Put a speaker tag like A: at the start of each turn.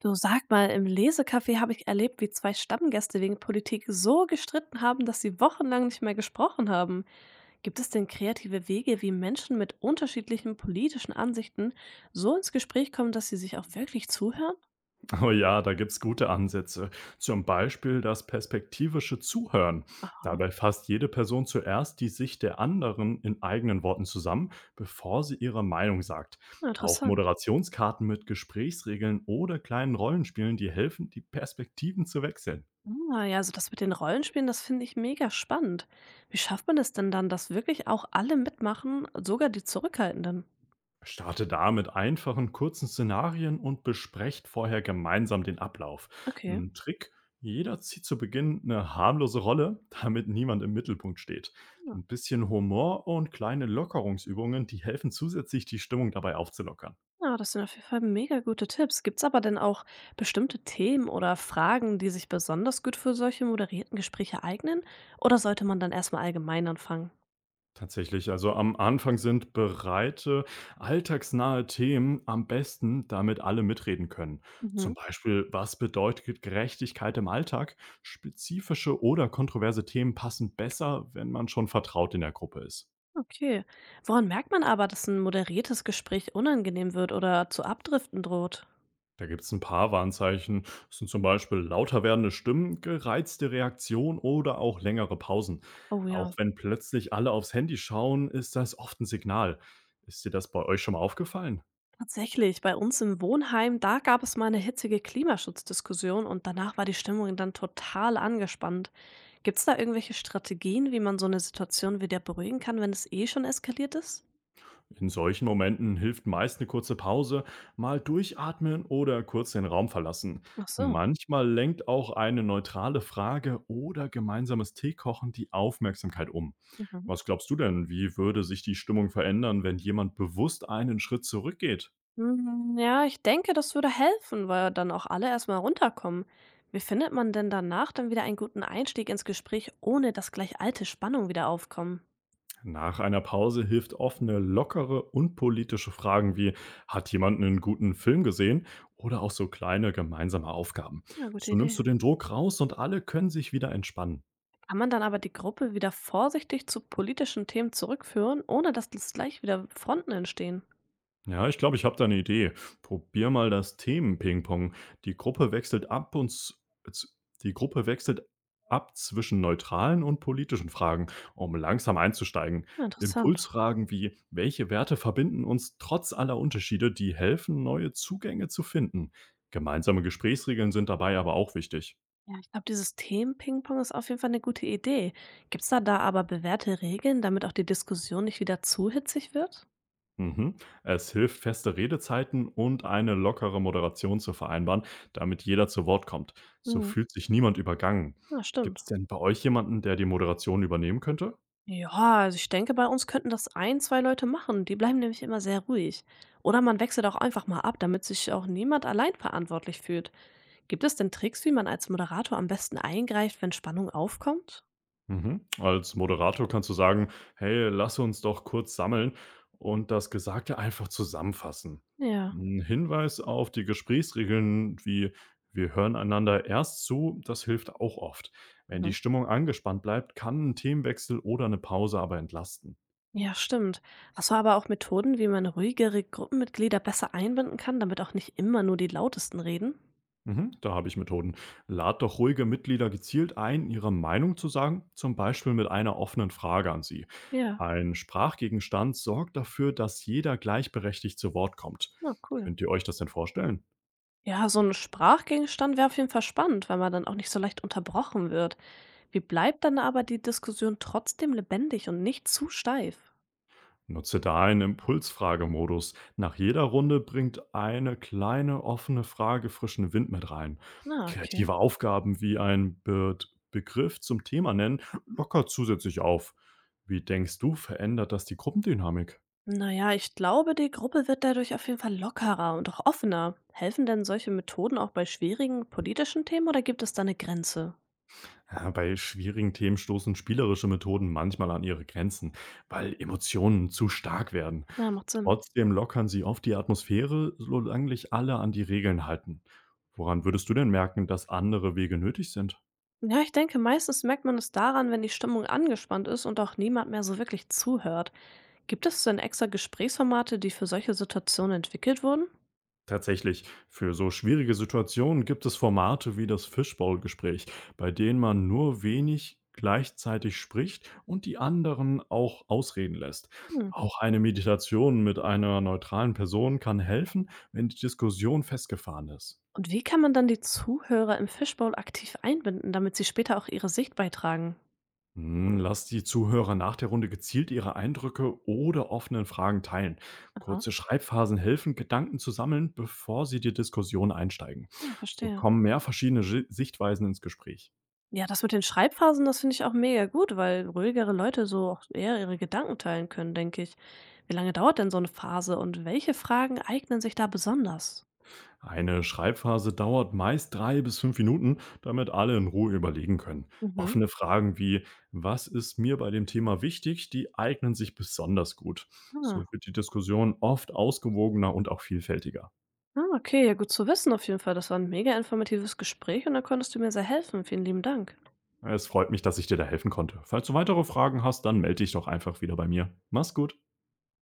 A: Du, sag mal, im Lesecafé habe ich erlebt, wie zwei Stammgäste wegen Politik so gestritten haben, dass sie wochenlang nicht mehr gesprochen haben. Gibt es denn kreative Wege, wie Menschen mit unterschiedlichen politischen Ansichten so ins Gespräch kommen, dass sie sich auch wirklich zuhören?
B: Oh ja, da gibt's gute Ansätze. Zum Beispiel das perspektivische Zuhören.
A: Aha,
B: Dabei fasst jede Person zuerst die Sicht der anderen in eigenen Worten zusammen, bevor sie ihre Meinung sagt. Auch
A: interessant.
B: Moderationskarten mit Gesprächsregeln oder kleinen Rollenspielen, die helfen, die Perspektiven zu wechseln.
A: Ah, ja, also das mit den Rollenspielen, das finde ich mega spannend. Wie schafft man es denn dann, dass wirklich auch alle mitmachen, sogar die Zurückhaltenden?
B: Starte da mit einfachen, kurzen Szenarien und besprecht vorher gemeinsam den Ablauf.
A: Okay.
B: Ein Trick, jeder zieht zu Beginn eine harmlose Rolle, damit niemand im Mittelpunkt steht. Ein bisschen Humor und kleine Lockerungsübungen, die helfen zusätzlich, die Stimmung dabei aufzulockern.
A: Ja, das sind auf jeden Fall mega gute Tipps. Gibt's aber denn auch bestimmte Themen oder Fragen, die sich besonders gut für solche moderierten Gespräche eignen? Oder sollte man dann erstmal allgemein anfangen?
B: Tatsächlich, also am Anfang sind breite, alltagsnahe Themen am besten, damit alle mitreden können.
A: Mhm.
B: Zum Beispiel, was bedeutet Gerechtigkeit im Alltag? Spezifische oder kontroverse Themen passen besser, wenn man schon vertraut in der Gruppe ist.
A: Okay. Woran merkt man aber, dass ein moderiertes Gespräch unangenehm wird oder zu Abdriften droht?
B: Da gibt es ein paar Warnzeichen. Das sind zum Beispiel lauter werdende Stimmen, gereizte Reaktion oder auch längere Pausen.
A: Oh
B: Auch
A: ja.
B: wenn plötzlich alle aufs Handy schauen, ist das oft ein Signal. Ist dir das bei euch schon mal aufgefallen?
A: Tatsächlich, bei uns im Wohnheim, da gab es mal eine hitzige Klimaschutzdiskussion und danach war die Stimmung dann total angespannt. Gibt's da irgendwelche Strategien, wie man so eine Situation wieder beruhigen kann, wenn es eh schon eskaliert ist?
B: In solchen Momenten hilft meist eine kurze Pause, mal durchatmen oder kurz den Raum verlassen.
A: Ach so.
B: Manchmal lenkt auch eine neutrale Frage oder gemeinsames Teekochen die Aufmerksamkeit um.
A: Mhm.
B: Was glaubst du denn, wie würde sich die Stimmung verändern, wenn jemand bewusst einen Schritt zurückgeht?
A: Hm, ja, ich denke, das würde helfen, weil dann auch alle erst mal runterkommen. Wie findet man denn danach dann wieder einen guten Einstieg ins Gespräch, ohne dass gleich alte Spannungen wieder aufkommen?
B: Nach einer Pause hilft offene, lockere und politische Fragen wie hat jemand einen guten Film gesehen oder auch so kleine gemeinsame Aufgaben.
A: Na, gute
B: So nimmst
A: Idee.
B: du den Druck raus und alle können sich wieder entspannen.
A: Kann man dann aber die Gruppe wieder vorsichtig zu politischen Themen zurückführen, ohne dass das gleich wieder Fronten entstehen?
B: Ja, ich glaube, ich habe da eine Idee. Probier mal das Themen-Ping-Pong. Die Gruppe wechselt ab und z z die Gruppe wechselt ab zwischen neutralen und politischen Fragen, um langsam einzusteigen.
A: Ja, interessant.
B: Impulsfragen wie: „Welche Werte verbinden uns trotz aller Unterschiede?“, die helfen, neue Zugänge zu finden. Gemeinsame Gesprächsregeln sind dabei aber auch wichtig.
A: Ja, ich glaube, dieses Themen-Ping-Pong ist auf jeden Fall eine gute Idee. Gibt es da aber bewährte Regeln, damit auch die Diskussion nicht wieder zu hitzig wird?
B: Mhm. Es hilft, feste Redezeiten und eine lockere Moderation zu vereinbaren, damit jeder zu Wort kommt. So
A: Mhm.
B: fühlt sich niemand übergangen.
A: Ja,
B: Gibt
A: stimmt.
B: es denn bei euch jemanden, der die Moderation übernehmen könnte?
A: Ja, also ich denke, bei uns könnten das ein, 2 Leute machen. Die bleiben nämlich immer sehr ruhig. Oder man wechselt auch einfach mal ab, damit sich auch niemand allein verantwortlich fühlt. Gibt es denn Tricks, wie man als Moderator am besten eingreift, wenn Spannung aufkommt?
B: Mhm. Als Moderator kannst du sagen, hey, lass uns doch kurz sammeln und das Gesagte einfach zusammenfassen.
A: Ja.
B: Ein Hinweis auf die Gesprächsregeln wie wir hören einander erst zu, das hilft auch oft. Wenn
A: Mhm.
B: die Stimmung angespannt bleibt, kann ein Themenwechsel oder eine Pause aber entlasten.
A: Ja, stimmt. Hast du aber auch Methoden, wie man ruhigere Gruppenmitglieder besser einbinden kann, damit auch nicht immer nur die Lautesten reden?
B: Mhm, da habe ich Methoden. Lad doch ruhige Mitglieder gezielt ein, ihre Meinung zu sagen, zum Beispiel mit einer offenen Frage an sie.
A: Ja.
B: Ein Sprachgegenstand sorgt dafür, dass jeder gleichberechtigt zu Wort kommt.
A: Na, cool.
B: Könnt ihr euch das denn vorstellen?
A: Ja, so ein Sprachgegenstand wäre auf jeden Fall spannend, weil man dann auch nicht so leicht unterbrochen wird. Wie bleibt dann aber die Diskussion trotzdem lebendig und nicht zu steif?
B: Nutze da einen Impulsfragemodus. Nach jeder Runde bringt eine kleine offene Frage frischen Wind mit rein.
A: Na, okay.
B: Kreative Aufgaben wie ein Be Begriff zum Thema nennen lockert zusätzlich auf. Wie denkst du, verändert das die Gruppendynamik?
A: Naja, ich glaube, die Gruppe wird dadurch auf jeden Fall lockerer und auch offener. Helfen denn solche Methoden auch bei schwierigen politischen Themen oder gibt es da eine Grenze?
B: Ja, bei schwierigen Themen stoßen spielerische Methoden manchmal an ihre Grenzen, weil Emotionen zu stark werden.
A: Ja, macht Sinn.
B: Trotzdem lockern sie oft die Atmosphäre, solange sich alle an die Regeln halten. Woran würdest du denn merken, dass andere Wege nötig sind?
A: Ja, ich denke, meistens merkt man es daran, wenn die Stimmung angespannt ist und auch niemand mehr so wirklich zuhört. Gibt es denn extra Gesprächsformate, die für solche Situationen entwickelt wurden?
B: Tatsächlich, für so schwierige Situationen gibt es Formate wie das Fishbowl-Gespräch, bei denen man nur wenig gleichzeitig spricht und die anderen auch ausreden lässt.
A: Hm.
B: Auch eine Meditation mit einer neutralen Person kann helfen, wenn die Diskussion festgefahren ist.
A: Und wie kann man dann die Zuhörer im Fishbowl aktiv einbinden, damit sie später auch ihre Sicht beitragen?
B: Hm, lass die Zuhörer nach der Runde gezielt ihre Eindrücke oder offenen Fragen teilen. Kurze Schreibphasen helfen, Gedanken zu sammeln, bevor sie die Diskussion einsteigen.
A: Ja,
B: So
A: verstehe.
B: kommen mehr verschiedene Sichtweisen ins Gespräch.
A: Ja, das mit den Schreibphasen, das finde ich auch mega gut, weil ruhigere Leute so auch eher ihre Gedanken teilen können, denke ich. Wie lange dauert denn so eine Phase und welche Fragen eignen sich da besonders?
B: Eine Schreibphase dauert meist 3 bis 5 Minuten, damit alle in Ruhe überlegen können.
A: Mhm.
B: Offene Fragen wie, was ist mir bei dem Thema wichtig, die eignen sich besonders gut.
A: Ah,
B: So wird die Diskussion oft ausgewogener und auch vielfältiger.
A: ah, okay, ja, gut zu wissen auf jeden Fall. Das war ein mega informatives Gespräch und da konntest du mir sehr helfen. Vielen lieben Dank.
B: Es freut mich, dass ich dir da helfen konnte. Falls du weitere Fragen hast, dann melde dich doch einfach wieder bei mir. Mach's gut.